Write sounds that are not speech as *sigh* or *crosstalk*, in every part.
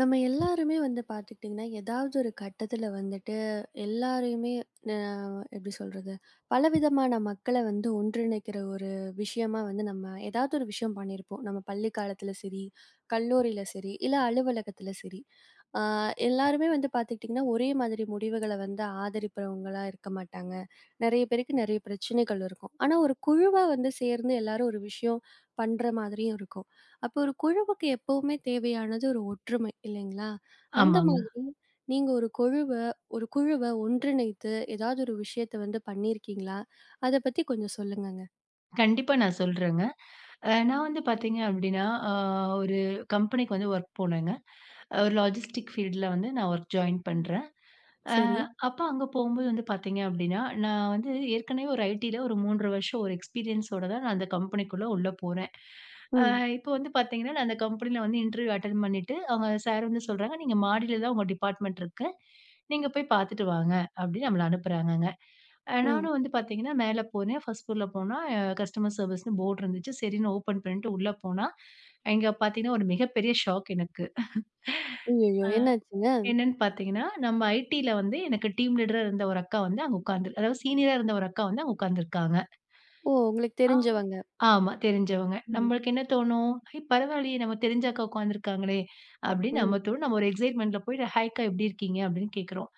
நம்ம எல்லாருமே வந்து பார்த்துக்கிட்டிங்கன்னா, ஏதாவது ஒரு கட்டத்தில வந்துட்டு எல்லாரையுமே ந எப்படி சொல்றது? பலவிதமான மக்கள வந்து ஒன்றிணைக்கிற ஒரு விஷயமா வந்து நம்ம ஏதாவது ஒரு விஷயம் பண்ணியிருப்போம். நம்ம பள்ளி காலத்தில சரி, கல்லூரியில சரி, இல்ல அலுவலகத்தில சரி. ஆ எல்லாருமே வந்து பார்த்துக்கிட்டிங்கன்னா, ஒரே மாதிரி முடிவுகள வந்து ஆதரிப்பவங்களா இருக்க மாட்டாங்க. நெறைய பேருக்கு நெறைய பிரச்சனைகள் இருக்கும். ஆனா, ஒரு குழுவா வந்து சேர்ந்து எல்லாரும் ஒரு விஷயம் பண்ற மாதிரியும் இருக்கும். அப்போ ஒரு குழுவுக்கு எப்பவுமே தேவையானது ஒரு ஒற்றுமை இல்லைங்களா? அந்த ஆமாங்க. மாதிரி நீங்க ஒரு குழுவ ஒன்றிணைத்து ஏதாவது ஒரு விஷயத்த வந்து பண்ணியிருக்கீங்களா? அத பத்தி கொஞ்சம் சொல்லுங்கங்க. கண்டிப்பா நான் சொல்றேங்க. நான் வந்து பார்த்தீங்க அப்டின்னா, ஒரு கம்பெனிக்கு வந்து வொர்க் போனேங்க. ஒரு லாஜிஸ்டிக் ஃபீல்டுல வந்து நான் ஒர்க் ஜாயின் பண்றேன். அ சரி. அப்ப அங்க போகும்போது வந்து பார்த்தீங்க அப்டின்னா, நான் வந்து ஏற்கனவே ஒரு ஐடில ஒரு 3 வருஷம் ஒரு எக்ஸ்பீரியன்ஸோட தான் நான் அந்த கம்பெனிக்குள்ள உள்ள போறேன். அ ம். இப்போ வந்து பார்த்தீங்கன்னா, நான் அந்த கம்பெனில வந்து இன்டர்வியூ அட்டெண்ட் பண்ணிட்டு, அவங்க சார் வந்து சொல்றாங்க, "நீங்க மாடியில தான் உங்க டிபார்ட்மெண்ட் இருக்கு. நீங்க போய் பார்த்துட்டு வாங்க" அப்டின்னு நம்மள அனுப்புறாங்கங்க. ம். நானும் வந்து பார்த்தீங்கன்னா, மேல போனேன். ஃபர்ஸ்ட் ஃப்ளோர்ல போனா கஸ்டமர் சர்வீஸ்ன்னு போர்டு இருந்துச்சு. சரின்னு ஓப்பன் பண்ணிட்டு உள்ள போனா, இங்க பார்த்தீங்கன்னா ஒரு மிகப்பெரிய ஷாக் எனக்கு. ஐயய்யோ! என்னாச்சுங்க? என்னன்னு பார்த்தீங்கன்னா, நம்ம ஐடில வந்து எனக்கு டீம் லீடரா இருந்த ஒரு அக்கா வந்து அங்க உட்கார்ந்து அதாவது சீனியரா இருந்த ஒரு அக்கா வந்து அங்க உட்கார்ந்துருக்காங்க. ஓ! உங்களுக்கு ஆ. தெரிஞ்சவங்க. ஆமா, தெரிஞ்சவங்க. ம். நம்மளுக்கு என்ன தோணும்? "ஐ பரவாயில்லையே! நம்ம தெரிஞ்ச அக்கா உட்கார்ந்துருக்காங்களே!" அப்படின்னு நம்ம ம். தோணும். நம்ம ஒரு எக்ஸைட்மென்ட்ல போயிட்டு, "ஹாய் அக்கா எப்படி இருக்கீங்க?" அப்படின்னு கேட்கிறோம்.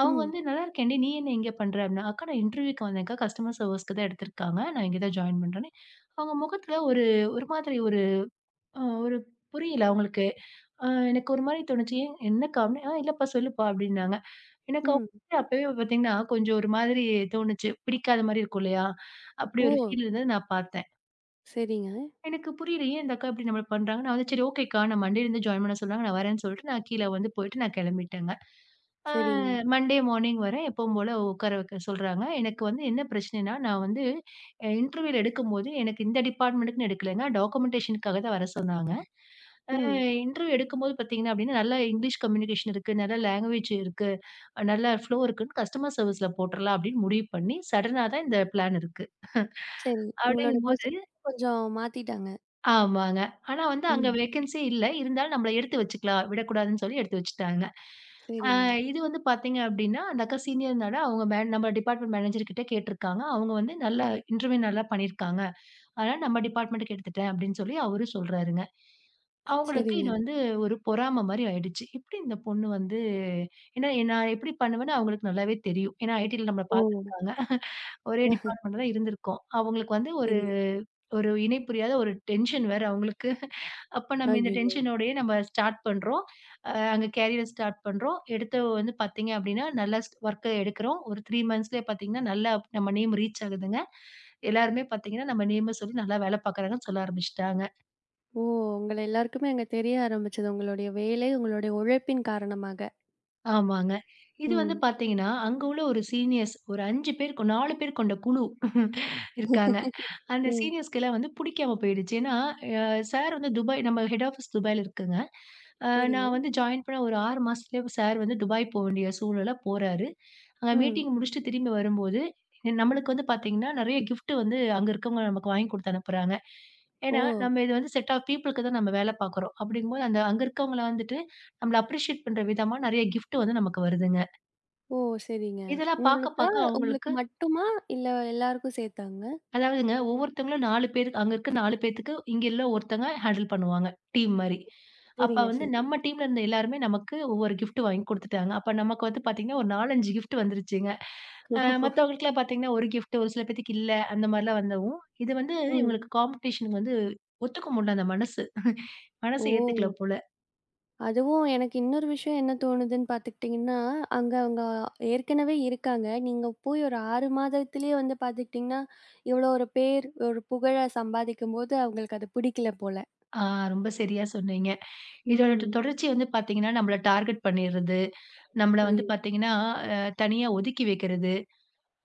அவங்க ம். வந்து, "நல்லா இருக்கேன்டி, நீ என்ன இங்க பண்ற?" அப்படின்னா, "அக்கா நான் இன்டர்வியூக்கு வந்தேன்க்கா. கஸ்டமர் சர்வீஸ்க்கு தான் எடுத்திருக்காங்க. நான் இங்க தான் ஜாயின் பண்றேன்னு." அவங்க முகத்துல ஒரு ஒரு மாதிரி ஒரு ஆ ஒரு புரியல அவங்களுக்கு. அ எனக்கு ஒரு மாரி தோணுச்சு. "ஏன் என்னக்கா?" அப்டின்னு. "ஆ இல்லப்பா சொல்லுப்பா" அப்டின்னாங்க. எனக்கு ம். அவங்கள அப்பவே பார்த்தீங்கன்னா, கொஞ்சம் ஒரு மாதிரி தோணுச்சு. பிடிக்காத மாரி இருக்கும் இல்லையா? அப்படி ஓ! ஒரு ஃபீல் இருந்தது நான் பார்த்தேன். சரிங்க, எனக்கு புரியல. ஏன் இந்த அக்கா இப்படி நம்மள பண்றாங்க? நான் வந்து சரி ஓகேக்கா, நான் மண்டேலருந்து ஜாயின் பண்ண சொல்றாங்க. நான் வரேன்னு சொல்லிட்டு நான் கீழ வந்து போயிட்டு நான் கெளம்பிட்டேங்க. அ சரிங்க. மண்டே மார்னிங் வரேன். எப்பவும் போல உட்கார வைக்க சொல்றாங்க. எனக்கு வந்து என்ன பிரச்சனைன்னா, நான் வந்து இன்டர்வியூல எடுக்கும்போது எனக்கு இந்த டிபார்ட்மெண்ட்டுக்குன்னு எடுக்கலங்க. டாக்குமென்டேஷனுக்காக தான் வர சொன்னாங்க. அ ம். இன்டர்வியூ எடுக்கும்போது பார்த்தீங்கன்னா அப்டின்னா, நல்லா இங்கிலீஷ் கம்யூனிகேஷன் இருக்கு, நல்ல லாங்குவேஜ் இருக்கு, நல்ல ஃப்ளோ இருக்குன்னு கஸ்டமர் சர்விஸ்ல போட்டுறலாம் அப்டின்னு முடிவு பண்ணி, சடனா தான் இந்த பிளான் இருக்கு. சரி. உங்களோட அப்டிங்கும்போது பொசிஷன் கொஞ்சம் மாத்திட்டாங்க. ஆமாங்க. ஆனா வந்து அங்க ம். வேக்கன்ஸி இல்ல. இருந்தாலும் நம்மள எடுத்து வச்சுக்கலாம். விடக்கூடாதுன்னு சொல்லி எடுத்து வச்சுட்டாங்க. அ சரிங்க, இது வந்து பார்த்தீங்க அப்டின்னா, அந்த அக்கா சீனியர்னால அவங்க மேன் நம்ம டிபார்ட்மெண்ட் மேனேஜர் கிட்ட கேட்டிருக்காங்க. அவங்க வந்து நல்லா இன்டர்வியூ நல்லா பண்ணியிருக்காங்க. அதனால நம்ம டிபார்ட்மெண்ட்டுக்கு எடுத்துட்டேன் அப்படின்னு சொல்லி அவரு சொல்றாருங்க. அவங்களுக்கு இது சரிங்க. வந்து ஒரு பொறாம மாரி ஆயிடுச்சு. எப்படி இந்த பொண்ணு வந்து ஏன்னா நான் எப்படி பண்ணுவேன்னு அவங்களுக்கு நல்லாவே தெரியும். ஏன்னா ஐடில நம்மள ஓ! பார்த்துருக்காங்க. ஒரே *laughs* டிபார்ட்மெண்ட்ல தான் இருந்திருக்கோம். அவங்களுக்கு வந்து ஒரு சரி. ஒரு இணை புரியாத ஒரு டென்ஷன் வேற அவங்களுக்கு. அப்ப நம்ம இந்த ஐயய்யோ! டென்ஷனோடயே நம்ம ஸ்டார்ட் பண்றோம். அங்க கேரியர் ஸ்டார்ட் பண்றோம். எடுத்து வந்து பார்த்தீங்க அப்படின்னா, நல்லா வொர்க்க எடுக்கிறோம். ஒரு 3 மந்த்ஸ்லயே பார்த்தீங்கன்னா, நல்லா நம்ம நேம் ரீச் ஆகுதுங்க. எல்லாருமே பார்த்தீங்கன்னா, நம்ம நேம சொல்லி நல்லா வேலை பார்க்குறாங்கன்னு சொல்ல ஆரம்பிச்சுட்டாங்க. ஓ! உங்கள எல்லாருக்குமே அங்க தெரிய ஆரம்பிச்சது. உங்களுடைய வேலை, உங்களுடைய உழைப்பின் காரணமாக. ஆமாங்க. இது வந்து ம், பார்த்தீங்கன்னா, அங்க உள்ள ஒரு சீனியர்ஸ் ஒரு 5 பேர் கொ 4 பேர் கொண்ட குழு *laughs* இருக்காங்க. அந்த ம். சீனியர்ஸ்க்கெல்லாம் வந்து பிடிக்காம போயிடுச்சு. ஏன்னா, அ சார் வந்து துபாய் நம்ம ஹெட் ஆஃபீஸ் துபாய்ல இருக்குங்க. அ சரிங்க. நான் வந்து ஜாயின் பண்ண ஒரு 6 மாசத்துலயே சார் வந்து துபாய் போக வேண்டிய சூழல்ல போறாரு. அங்க ம். மீட்டிங் முடிச்சுட்டு திரும்பி வரும்போது, நம்மளுக்கு வந்து பார்த்தீங்கன்னா, நெறைய கிஃப்ட் வந்து அங்க இருக்கவங்க நமக்கு வாங்கி குடுத்து அனுப்புறாங்க. ஓ! ஏன்னா, நம்ம இது வந்து செட் ஆஃப் பீப்பிள்க்கு தான் நம்ம வேலை பார்க்குறோம். அப்படிங்கும்போது அந்த அங்க இருக்கவங்கள வந்துட்டு, நம்மள அப்ரிஷியேட் பண்ற விதமா நெறைய கிஃப்ட் வந்து நமக்கு வருதுங்க. ஓ! சரிங்க. இதெல்லாம் பார்க்க உங்களுக்கா? பார்க்க அவங்களுக்கு உங்களுக்கு மட்டுமா? இல்ல எல்லாருக்கும் சேர்த்தாங்க? அதாவதுங்க, ஒவ்வொருத்தவங்களும் 4 பேருக்கு அங்க இருக்க 4 பேத்துக்கு இங்க உள்ள ஒருத்தங்க ஹேண்டில் பண்ணுவாங்க. டீம் மாரி. அப்ப சரிங்க, வந்து சரி. நம்ம டீம்ல இருந்த எல்லாருமே நமக்கு ஒவ்வொரு கிஃப்ட் வாங்கி குடுத்துட்டாங்க. அப்ப நமக்கு வந்து பார்த்தீங்கன்னா, ஒரு 4, 5 கிஃப்ட் வந்துருச்சுங்க. மத்தவங்களுக்கெல்லாம் பார்த்தீங்கன்னா, 1 கிஃப்ட் ஒரு சில பேத்துக்கு இல்ல. அந்த மாரிலாம் வந்தவும், இது வந்து ம். இவங்களுக்கு காம்படிஷனுக்கு வந்து ஒத்துக்க முடியல அந்த மனசு. மனசு ஏத்துக்கல ஓ! போல. அதுவும் எனக்கு இன்னொரு விஷயம் என்ன தோணுதுன்னு பார்த்துக்கிட்டிங்கன்னா, அங்க அவங்க ஏற்கனவே இருக்காங்க. நீங்க போய் ஒரு 6 மாதத்திலேயே வந்து பார்த்துக்கிட்டிங்கன்னா, இவ்வளோ ஒரு பேர், ஒரு புகழ சம்பாதிக்கும்போது அவங்களுக்கு அது பிடிக்கல போல. ஆ, ரொம்ப சரியா சொன்னீங்க. இதோட ம். தொடர்ச்சி வந்து பார்த்தீங்கன்னா, நம்மள டார்கெட் பண்ணிறது. நம்மள வந்து ஐயோ! பார்த்தீங்கன்னா, தனியா ஒதுக்கி வைக்கிறது.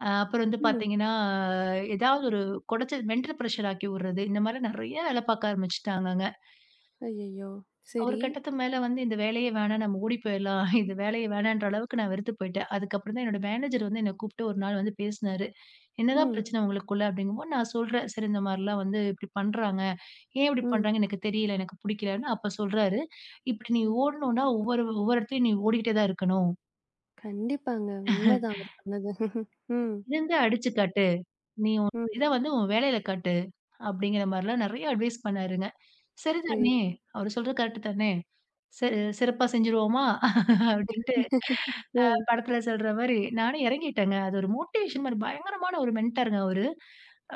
அப்புறம் வந்து ம். பார்த்தீங்கன்னா, ஏதாவது ஒரு கொடச்ச மென்டல் ப்ரெஷர் ஆக்கி விடுறது. இந்த மாரி நெறைய வேலை பார்க்க ஆரம்பிச்சுட்டாங்கங்க. ஐயய்யோ! ஒரு சரி. கட்டத்துக்கு மேல வந்து இந்த வேலையே வேணாம் நம்ம ஓடி போயிரலாம். இந்த வேலையே வேணான்ற அளவுக்கு நான் வெறுத்து போயிட்டேன். அதுக்கப்புறம் தான் என்னோட மேனேஜர் வந்து என்ன கூப்பிட்டு ஒரு நாள் வந்து பேசினாரு. "என்னதான் ம், பிரச்சனை உங்களுக்குள்ள?" அப்படிங்கும்போது நான் சொல்றேன். "சரி இந்த மாரிலாம் வந்து இப்படி பண்றாங்க. ஏன் இப்படி ம். பண்றாங்கன்னு எனக்கு தெரியல. எனக்கு புடிக்கலன்னு" அப்ப சொல்றாரு. "இப்படி நீ ஓடணும்னா ஒவ்வொரு ஒவ்வொரு இடத்துலயும் நீ ஓடிக்கிட்டே தான் இருக்கணும். கண்டிப்பாங்க. உண்மதான் அவர் சொன்னது. *laughs* ம், இருந்து அடிச்சு காட்டு. நீ உன் ம். இத வந்து உன் வேலையில காட்டு." அப்படிங்கிற மாரிலாம் நெறைய அட்வைஸ் பண்ணாருங்க. சரி சரி. தானே! அவரு சொல்றது கரெக்ட் தானே! சரி சிறப்பா செஞ்சுருவோமா? அப்படின்ட்டு *laughs* ஓ! படத்துல சொல்ற மாரி நானும் எறங்கிட்டேங்க. அது ஒரு மோட்டிவேஷன் மாரி பயங்கரமான ஒரு மென்டாருங்க அவரு.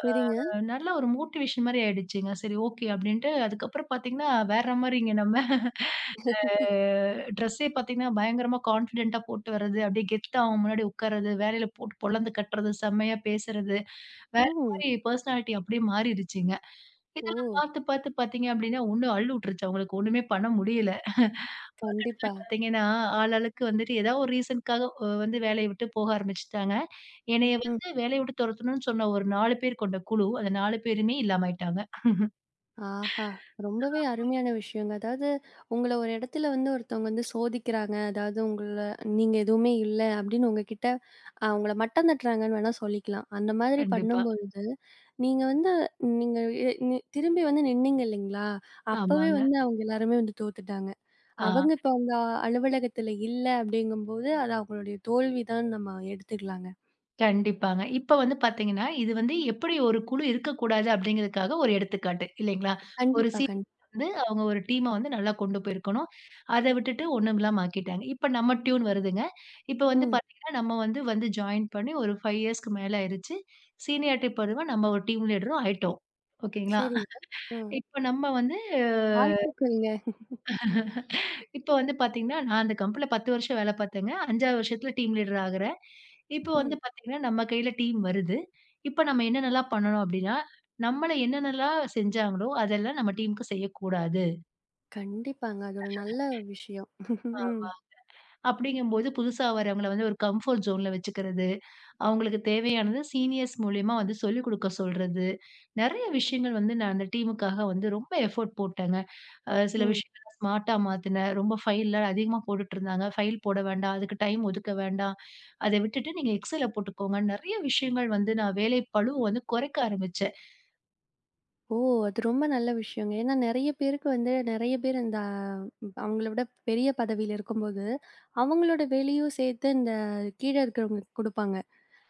சரிங்க. நல்ல ஒரு மோட்டிவேஷன் மாரி ஆயிடுச்சுங்க. சரி ஓகே அப்படின்ட்டு அதுக்கப்புறம் பார்த்தீங்கன்னா, வேற மாரிங்க நம்ம அ ட்ரெஸ்ஸே பார்த்தீங்கன்னா, பயங்கரமா கான்ஃபிடென்ட்டா போட்டு வர்றது, அப்படியே கெத்தா அவங்க முன்னாடி உட்கார்றது, வேலையில போட்டு பொளந்து கட்டுறது, செம்மையா பேசுறது, வேற ம். மாரி பர்சனாலிட்டி அப்படியே மாறிடுச்சுங்க. ஓ! இதெல்லாம் பார்த்து, பார்த்து பார்த்தீங்க அப்டின்னா, ஒண்ணு அள்ளு விட்டுருச்சு அவங்களுக்கு. ஒண்ணுமே பண்ண முடியல. *laughs* கண்டிப்பா. பார்த்தீங்கன்னா, ஆளாளுக்கு வந்துட்டு ஏதாவது ஒரு ரீசனுக்காக வந்து வேலைய விட்டு போக ஆரம்பிச்சுட்டாங்க. என்னைய ம். வந்து வேலைய விட்டு தொரத்தணும்னு சொன்ன ஒரு 4 பேர் கொண்ட குழு, அந்த 4 பேருமே இல்லாம ஆயிட்டாங்க. ஆஹா! ரொம்பவே அருமையான விஷயங்க. அதாவது உங்கள ஒரு இடத்துல வந்து ஒருத்தவங்க வந்து சோதிக்கிறாங்க. அதாவது உங்கள நீங்க எதுவுமே இல்ல அப்படின்னு உங்ககிட்ட உங்கள மட்டம் தட்டுறாங்கன்னு வேணா சொல்லிக்கலாம். அந்த மாதிரி கண்டிப்பா. பண்ணும்பொழுது, நீங்க வந்து நீங்க எ நி திரும்பி வந்து நின்னீங்க இல்லைங்களா? அப்பவே ஆமாங்க. வந்து அவங்க எல்லாருமே வந்து தோத்துட்டாங்க. அவங்க ஆ. இப்ப அந்த அலுவலகத்துல இல்ல அப்படிங்கும்போது, அது அவங்களுடைய தோல்விதான்னு நம்ம எடுத்துக்கலாங்க. கண்டிப்பாங்க. இப்ப வந்து பார்த்தீங்கன்னா, இது வந்து எப்படி ஒரு குழு இருக்கக்கூடாது அப்படிங்கிறதுக்காக ஒரு எடுத்துக்காட்டு இல்லைங்களா? ஒரு கண்டிப்பா, சீனியர் கண் வந்து அவங்க ஒரு டீம வந்து நல்லா கொண்டு போயிருக்கணும். அத விட்டுட்டு ஒண்ணும் இல்லாம ஆக்கிட்டாங்க. இப்ப நம்ம டியூன் வருதுங்க. இப்ப வந்து ம். பார்த்தீங்கன்னா, நம்ம வந்து வந்து ஜாயின் பண்ணி ஒரு 5 இயர்ஸ்க்கு மேல ஆயிருச்சு. சீனியாரிட்டி பருவம் நம்ம ஒரு டீம் லீடரும் ஆயிட்டோம். ஓகேங்களா? சரிங்க. ம். இப்ப நம்ம வந்து வாழ்த்துக்கள்ங்க. இப்போ வந்து பார்த்தீங்கன்னா, நான் அந்த கம்பெனில 10 வருஷம் வேல பார்த்தேங்க. 5வது வருஷத்துல டீம் லீடர் ஆகுறேன். இப்போ வந்து ம். பார்த்தீங்கன்னா, நம்ம கையில டீம் வருது. இப்ப நம்ம என்னென்னலாம் பண்ணணும் அப்டின்னா, நம்மள என்னென்னலாம் செஞ்சாங்களோ, அதெல்லாம் நம்ம டீமுக்கு செய்யக்கூடாது. கண்டிப்பாங்க. அது ஒரு நல்ல விஷயம். *laughs* ம். ஆமா. அப்டிங்கும்போது புதுசா வரவங்கள வந்து ஒரு கம்ஃபோர்ட் ஜோன்ல வச்சுக்கிறது, அவங்களுக்கு தேவையானது சீனியர்ஸ் மூலியமா வந்து சொல்லிக் குடுக்க சொல்றது, நெறைய விஷயங்கள் வந்து நான் அந்த டீமுக்காக வந்து ரொம்ப எஃபோர்ட் போட்டேங்க. சில ம். விஷயங்கள ஸ்மார்ட்டா மாத்துனேன். ரொம்ப ஃபைல்ல அதிகமா போட்டுட்டுருந்தாங்க. ஃபைல் போட வேண்டாம். அதுக்கு டைம் ஒதுக்க வேண்டாம். அத விட்டுட்டு நீங்க எக்ஸெல்ல போட்டுக்கோங்கன்னு நெறைய விஷயங்கள் வந்து நான் வேலை பளுவ வந்து குறைக்க ஆரம்பிச்சேன். ஓ! அது ரொம்ப நல்ல விஷயங்க. ஏன்னா நெறைய பேருக்கு வந்து நெறைய பேர் இந்த ம், அவங்கள விட பெரிய பதவியில இருக்கும்போது, அவங்களோட வேலையும் சேர்த்து இந்த கீழ இருக்கிறவங்களுக்கு குடுப்பாங்க.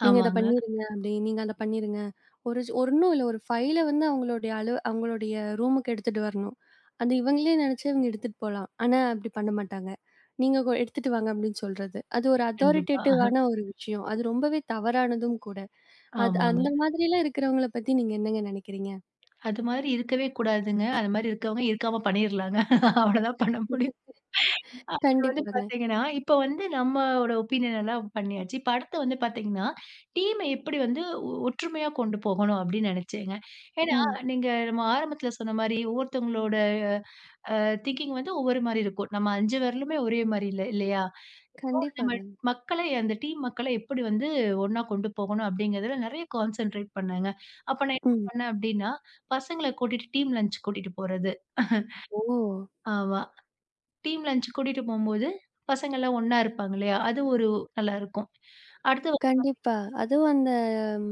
நீங்க இத ஆமாங்க. பண்ணிருங்க அப்படி, நீங்க அத பண்ணிருங்க. ஒரு ஒரு ஒண்ணும் இல்ல. ஒரு ஃபைல வந்து அவங்களுடைய அவங்களுடைய ரூமுக்கு எடுத்துட்டு வரணும். அது இவங்களே நெனச்சு இவங்க எடுத்துட்டு போலாம். ஆனா அப்படி பண்ண மாட்டாங்க. நீங்க எடுத்துட்டு வாங்க அப்படின்னு சொல்றது. அது ஒரு கண்டிப்பா. அத்தாரிட்டேட்டிவான ஒரு விஷயம். அது ரொம்பவே தவறானதும் கூட. அது ஆமாங்க. அந்த மாதிரிலாம் இருக்கிறவங்கள பத்தி நீங்க என்னங்க நெனைக்கிறீங்க? அது மாரி இருக்கவே கூடாதுங்க. அது மாரி இருக்கவங்க இருக்காம பண்ணிர்லாங்க. அவ்வளோதான் பண்ண முடியும். *laughs* அப்புறம் வந்து கண்டிப்பாங்க. பாத்தீங்கன்னா, இப்ப வந்து நம்மோட ஒப்பீனியன் எல்லாம் பண்ணியாச்சு. இப்ப அடுத்து வந்து பாத்தீங்கன்னா, டீம எப்படி வந்து ஒற்றுமையா கொண்டு போகணும் அப்படின்னு நினைச்சேங்க. ஏன்னா, ம். நீங்க நம்ம ஆரம்பத்துல சொன்ன மாரி ஒவ்வொருத்தவங்களோட திங்கிங் வந்து ஒவ்வொரு மாரி இருக்கும். நம்ம 5 விரலுமே ஒரே மாரி இல்ல இல்லையா? நம்ம கண்டிப்பாங்க. மக்களை அந்த டீம் மக்களை எப்படி வந்து ஒண்ணா கொண்டு போகணும் அப்படிங்கிறதுல நெறைய கான்சன்ட்ரேட் பண்ணேங்க. அப்ப நான் என்ன ம். பண்ணேன் அப்படின்னா, பசங்கள கூட்டிட்டு டீம் லஞ்ச் கூட்டிட்டு போறது. ஓ! ஆமா. டீம் லஞ்ச் கூட்டிட்டு போம்போது, பசங்கள்லாம் ஒண்ணா இருப்பாங்க இல்லையா? அது ஒரு நல்லாருக்கும். அடுத்து வந்து கண்டிப்பா. அதுவும் அந்த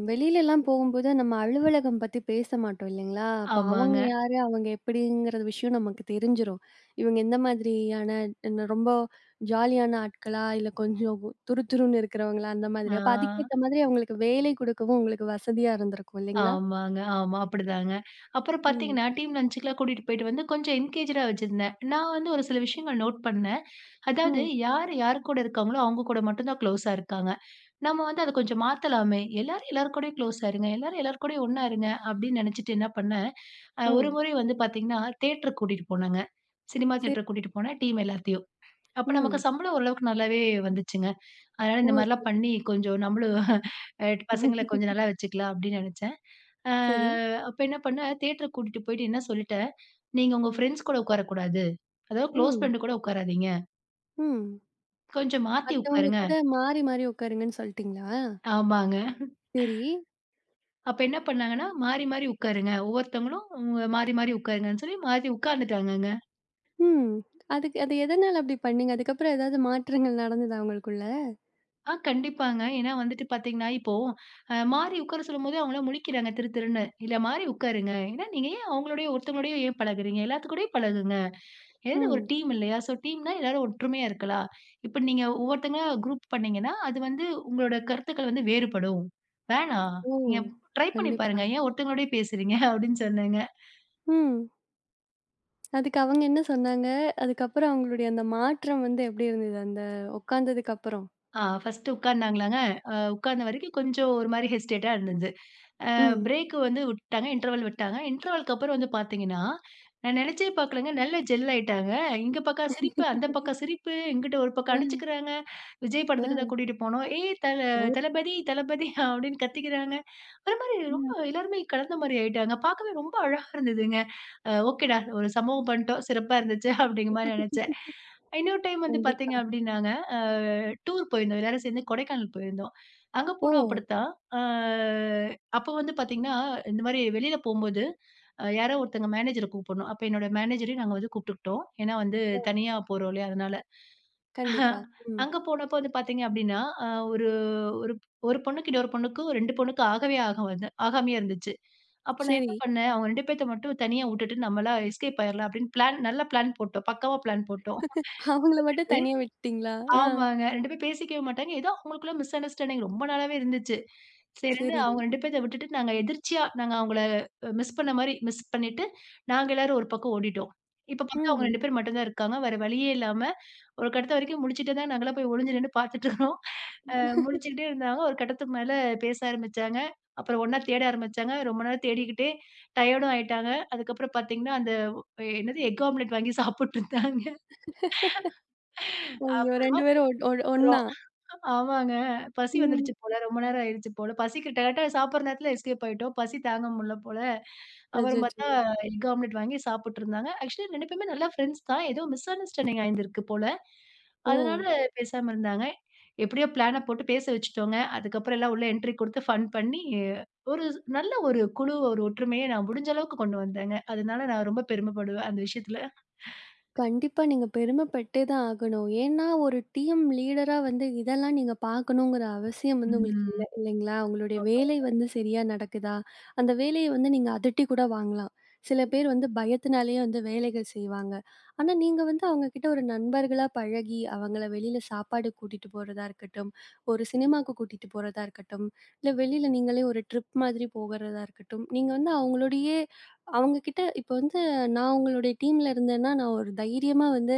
வெளியிலலாம் போகும்போது நம்ம அலுவலகம் பத்தி பேச மாட்டோம் இல்லைங்களா? அப்ப ஆமாங்க. அவங்க யாரு? அவங்க எப்படிங்கிற விஷயம் நமக்கு தெரிஞ்சிரும். இவங்க எந்த மாதிரியான என்ன ரொம்ப ஜாலியான ஆட்களா? இல்ல கொஞ்சம் துருதுருன்னு இருக்கிறவங்களா? அந்த மாதிரி. அப்ப ஆ, அதுக்கேத்த மாதிரி அவங்களுக்கு வேலை கொடுக்கவும் உங்களுக்கு வசதியா இருந்திருக்கும் இல்லைங்களா? ஆமாங்க. ஆமா, அப்படிதாங்க. அப்புறம் ம். பார்த்தீங்கன்னா, டீம் லஞ்சுக்குலாம் கூட்டிட்டு போயிட்டு வந்து கொஞ்சம் என்கேஜ்டா வச்சிருந்தேன். நான் வந்து ஒரு சில விஷயங்கள் நோட் பண்ணேன். அதாவது ம். யார் யார் கூட இருக்காங்களோ, அவங்க கூட மட்டும் தான் க்ளோஸா இருக்காங்க. நம்ம வந்து அத கொஞ்சம் மாத்தலாமே! எல்லாரும் எல்லார் கூடயும் க்ளோஸா இருங்க. எல்லாரும் எல்லார் கூடயும் ஒண்ணா இருங்க அப்படின்னு நெனச்சுட்டு என்ன பண்ணேன், ஒரு ம். முறை வந்து பார்த்தீங்கன்னா, தியேட்டருக்கு கூட்டிட்டு போனாங்க. சினிமா சரி. தியேட்டருக்கு கூட்டிட்டு போனேன், டீம் எல்லாத்தையும். அப்ப நமக்கு ம். சம்பளம் ஓரளவுக்கு நல்லாவே வந்துச்சுங்க. அதனால ஓ! இந்த மாரிலாம் பண்ணி கொஞ்சம் நம்மளும் அ பசங்கள *laughs* கொஞ்சம் நல்லா வச்சுக்கலாம் அப்படின்னு நெனச்சேன். அ சரி. அப்ப என்ன பண்ணேன், தியேட்டருக்கு கூட்டிட்டு போயிட்டு என்ன சொல்லிட்டேன், "நீங்க உங்க ஃப்ரெண்ட்ஸ் கூட உட்காரக்கூடாது. அதாவது க்ளோஸ் ம். ஃப்ரெண்ட் கூட உட்காராதீங்க. ம். கொஞ்சம் மாத்தி மத்தவங்க உட்காருங்க." கூட மாறி மாறி உட்காருங்கன்னு சொல்ட்டீங்களா? ஆமாங்க. சரி. அப்ப என்ன பண்ணாங்கன்னா, மாறி மாறி உட்காருங்க. ஒவ்வொருத்தவங்களும் உங்க மாறி மாறி உட்காருங்கன்னு சொல்லி மாத்தி உட்கார்ந்துட்டாங்கங்க. ம். அதுக்கு அது எதனால அப்படி பண்ணீங்க? அதுக்கப்புறம் ஏதாவது மாற்றங்கள் நடந்ததா உங்களுக்குள்ள? ஆ கண்டிப்பாங்க. ஏன்னா வந்துட்டு பார்த்தீங்கன்னா, இப்போ மாறி உட்கார சொல்லும்போது அவங்களா முழிக்கிறாங்க திரு திருன்னு. இல்ல மாறி உட்காருங்க. ஏன்னா நீங்க ஏன் அவங்களோடயே ஒருத்தவங்களோடயே ஏன் பழகுறீங்க? எல்லாத்துக்கூடயும் பழகுங்க. ஏதாவது ஒரு ம். டீம் இல்லையா? ஸோ டீம்னா எல்லாரும் ஒற்றுமையா இருக்கலாம். இப்ப நீங்க ஒவ்வொருத்தங்க குரூப் பண்ணீங்கன்னா, அது வந்து உங்களோட கருத்துக்கள் வந்து வேறுபடும். வேணாம். ஓ! நீங்க ட்ரை பண்ணி கண்டிப்பா. பாருங்க. ஏன் ஒருத்தவங்களோடயே பேசுறீங்க? அப்படின்னு சொன்னேங்க. ம். அதுக்கு அவங்க என்ன சொன்னாங்க? அதுக்கப்புறம் அவங்களுடைய அந்த மாற்றம் வந்து எப்படி இருந்தது? அந்த உட்கார்ந்ததுக்கு அப்புறம்? ஆ ஃபர்ஸ்ட்டு உட்கார்ந்தாங்களாங்க. உட்கார்ந்த வரைக்கும் கொஞ்சம் ஒரு மாரி ஹெசிடேட்டா இருந்துது. ம். பிரேக் வந்து விட்டாங்க. இன்டர்வல் விட்டாங்க. இன்டர்வல்க்கு அப்புறம் வந்து பார்த்தீங்கன்னா, நான் நினைச்சே பார்க்கலங்க. நல்லா ஜெல் ஆயிட்டாங்க. இங்க பக்கம் சிரிப்பு, அந்த பக்கம் சிரிப்பு. இங்கிட்டு ஒரு பக்கம் அ, அடிச்சுக்கிறாங்க. விஜய் படத்துக்கு தான் அ. கூட்டிட்டு போனோம். "ஏய் ஓ! தளபதி, தளபதி" அப்படின்னு கத்திக்கிறாங்க. ஒரு மாரி ரொம்ப ம். எல்லாருமே கலந்த மாரி ஆயிட்டாங்க. பார்க்கவே ரொம்ப அழகா இருந்ததுங்க. ஓகேடா ஒரு சம்பவம் பண்ணிட்டோம். சிறப்பா இருந்துச்சு அப்படிங்கிற மாரி நெனைச்சேன். இன்னொரு டைம் வந்து கண்டிப்பா. பார்த்தீங்க அப்படின்னாங்க, அ டூர் போயிருந்தோம். எல்லாரும் சேர்ந்து கொடைக்கானல் போயிருந்தோம். அங்க போனோம் ஓ! அப்படித்தான். அ அப்போ வந்து பார்த்தீங்கன்னா, இந்த மாரி வெளியில போம்போது, யாரோ ஒருத்தங்க மேனேஜர கூப்பிடணும். அப்ப என்னோட மேனேஜரையும் நாங்க வந்து கூப்பிட்டுக்கிட்டோம். ஏன்னா வந்து அ தனியா போறோம் இல்லையா? அதனால. கண்டிப்பா. ம். அங்க போனப்போ வந்து பார்த்தீங்க அப்படின்னா, அ ஒரு ஒரு ஒரு பொண்ணுக்கு இன்னொரு பொண்ணுக்கு 2 பொண்ணுக்கு ஆகவே ஆகாது ஆகாமயே இருந்துச்சு. அப்ப நான் என்ன சரி. பண்ணேன், அவங்க 2 பேத்த மட்டும் தனியா விட்டுட்டு நம்மளா எஸ்கேப் ஆயிரலாம் அப்படின்னு பிளான் போட்டோம். பக்காவா பிளான் போட்டோம். அவங்கள மட்டும் தனியா விட்டுட்டீங்களா? ஆ. ஆமாங்க. 2 பேரும் பேசிக்கவே மாட்டாங்க. ஏதோ அவங்களுக்குள்ள மிஸ் அண்டர்ஸ்டாண்டிங் ரொம்ப நாளாவே இருந்துச்சு. சரின்னு சரி. அவங்க 2 பேத்த விட்டுட்டு, நாங்க எதிர்ச்சியா நாங்க அவங்கள மிஸ் பண்ண மாரி மிஸ் பண்ணிட்டு, நாங்க எல்லாரும் ஒரு பக்கம் ஓடிட்டோம். இப்ப பார்த்தா அவங்க ம். 2 பேர் மட்டும் தான் இருக்காங்க. வேற வழியே இல்லாம, ஒரு கட்டத்து வரைக்கும் முழிச்சுட்டே தான் நாங்கலாம் போய் ஒளிஞ்சு நின்னு பார்த்துட்டு இருக்கோம். அ முழிச்சுக்கிட்டே இருந்தாங்க. ஒரு கட்டத்துக்கு மேல பேச ஆரம்பிச்சாங்க. அப்புறம் ஒண்ணா தேட ஆரம்பிச்சாங்க. ரொம்ப நேரம் தேடிக்கிட்டே டயர்டும் ஆயிட்டாங்க. அதுக்கப்புறம் பார்த்தீங்கன்னா, அந்த என்னது எக் ஆம்லெட் வாங்கி சாப்பிட்டுருந்தாங்க. ஐயோ! அப்புறமா 2 போய் பேரும் ஒட் ஒ ஒண்ணா? ஆமாங்க. பசி ம். வந்துருச்சு போல. ரொம்ப நேரம் ஆயிருச்சு போல. பசிக்கு கரெக்ட்டா சாப்பிடுற நேரத்துல எஸ்கேப் ஆயிட்டோம். பசி தாங்க முடியல போல. அப்புறம் அச்சச்சோ! பார்த்தா எக் ஆம்லெட் வாங்கி சாப்பிட்டுருந்தாங்க. ஆக்சுவலி 2 பேருமே நல்லா ஃப்ரெண்ட்ஸ் தான். ஏதோ மிஸ் அண்டர்ஸ்டாண்டிங் ஆயிருந்திருக்கு போல. ஓ! அதனால பேசாம இருந்தாங்க. எப்படியோ பிளான போட்டு பேச வச்சுட்டோங்க. அதுக்கப்புறம் எல்லாம் உள்ள என்ட்ரி குடுத்து ஃபன் பண்ணி, ஒரு நல்ல ஒரு குழு, ஒரு ஒற்றுமைய நான் முடிஞ்ச அளவுக்கு கொண்டு வந்தேங்க. அதனால நான் ரொம்ப பெருமைப்படுவேன் அந்த விஷயத்துல. கண்டிப்பா நீங்க பெருமைப்பட்டே தான் ஆகணும். ஏன்னா, ஒரு டீம் லீடரா வந்து இதெல்லாம் நீங்க பார்க்கணுங்கிற அவசியம் வந்து உங்களுக்கு ம். இல்ல, இல்லைங்களா? உங்களுடைய ஆமா. வேலை வந்து சரியா நடக்குதா? அந்த வேலைய வந்து நீங்க அதட்டி கூட வாங்கலாம். சில பேர் வந்து பயத்தினாலேயே வந்து வேலைகள் செய்வாங்க. ஆனா, நீங்க வந்து அவங்க கிட்ட ஒரு நண்பர்களா பழகி, அவங்கள வெளியில சாப்பாடுக்கு கூட்டிட்டு போறதா இருக்கட்டும், ஒரு சினிமாக்கு கூட்டிட்டு போறதா இருக்கட்டும், இல்ல வெளியில நீங்களே ஒரு ட்ரிப் மாதிரி போகறதா இருக்கட்டும், நீங்க வந்து அவங்களோடயே அவங்க கிட்ட இப்ப வந்து நான் உங்களுடைய டீம்ல இருந்தேன்னா, நான் ஒரு தைரியமா வந்து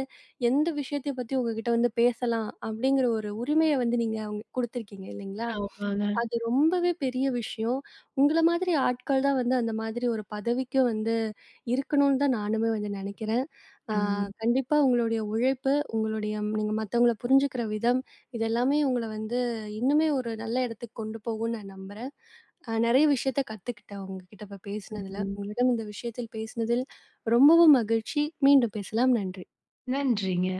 எந்த விஷயத்தைப் பத்தி உங்ககிட்ட வந்து பேசலாம், அப்படிங்கிற ஒரு உரிமைய வந்து நீங்க அவுங்க குடுத்திருக்கீங்க இல்லைங்களா? ஆமாங்க. அது ரொம்பவே பெரிய விஷயம். உங்கள மாதிரி ஆட்கள் தான் வந்து அந்த மாதிரி ஒரு பதவிக்கு வந்து இருக்கணும்னு தான் நானுமே வந்து நெனைக்கிறேன். ஆ ம். கண்டிப்பா உங்களுடைய உழைப்பு, உங்களுடைய நீங்க மத்தவங்கள புரிஞ்சுக்கிற விதம், இது எல்லாமே உங்கள வந்து இன்னுமே ஒரு நல்ல இடத்துக்கு கொண்டு போகும்னு நான் நம்புறேன். நெறைய விஷயத்த கத்துக்கிட்டேன் உங்ககிட்ட இப்ப பேசினதுல. ம். உங்களிடம் இந்த விஷயத்தில் பேசினதில் ரொம்பவும் மகிழ்ச்சி. மீண்டும் பேசலாம். நன்றி. நன்றிங்க.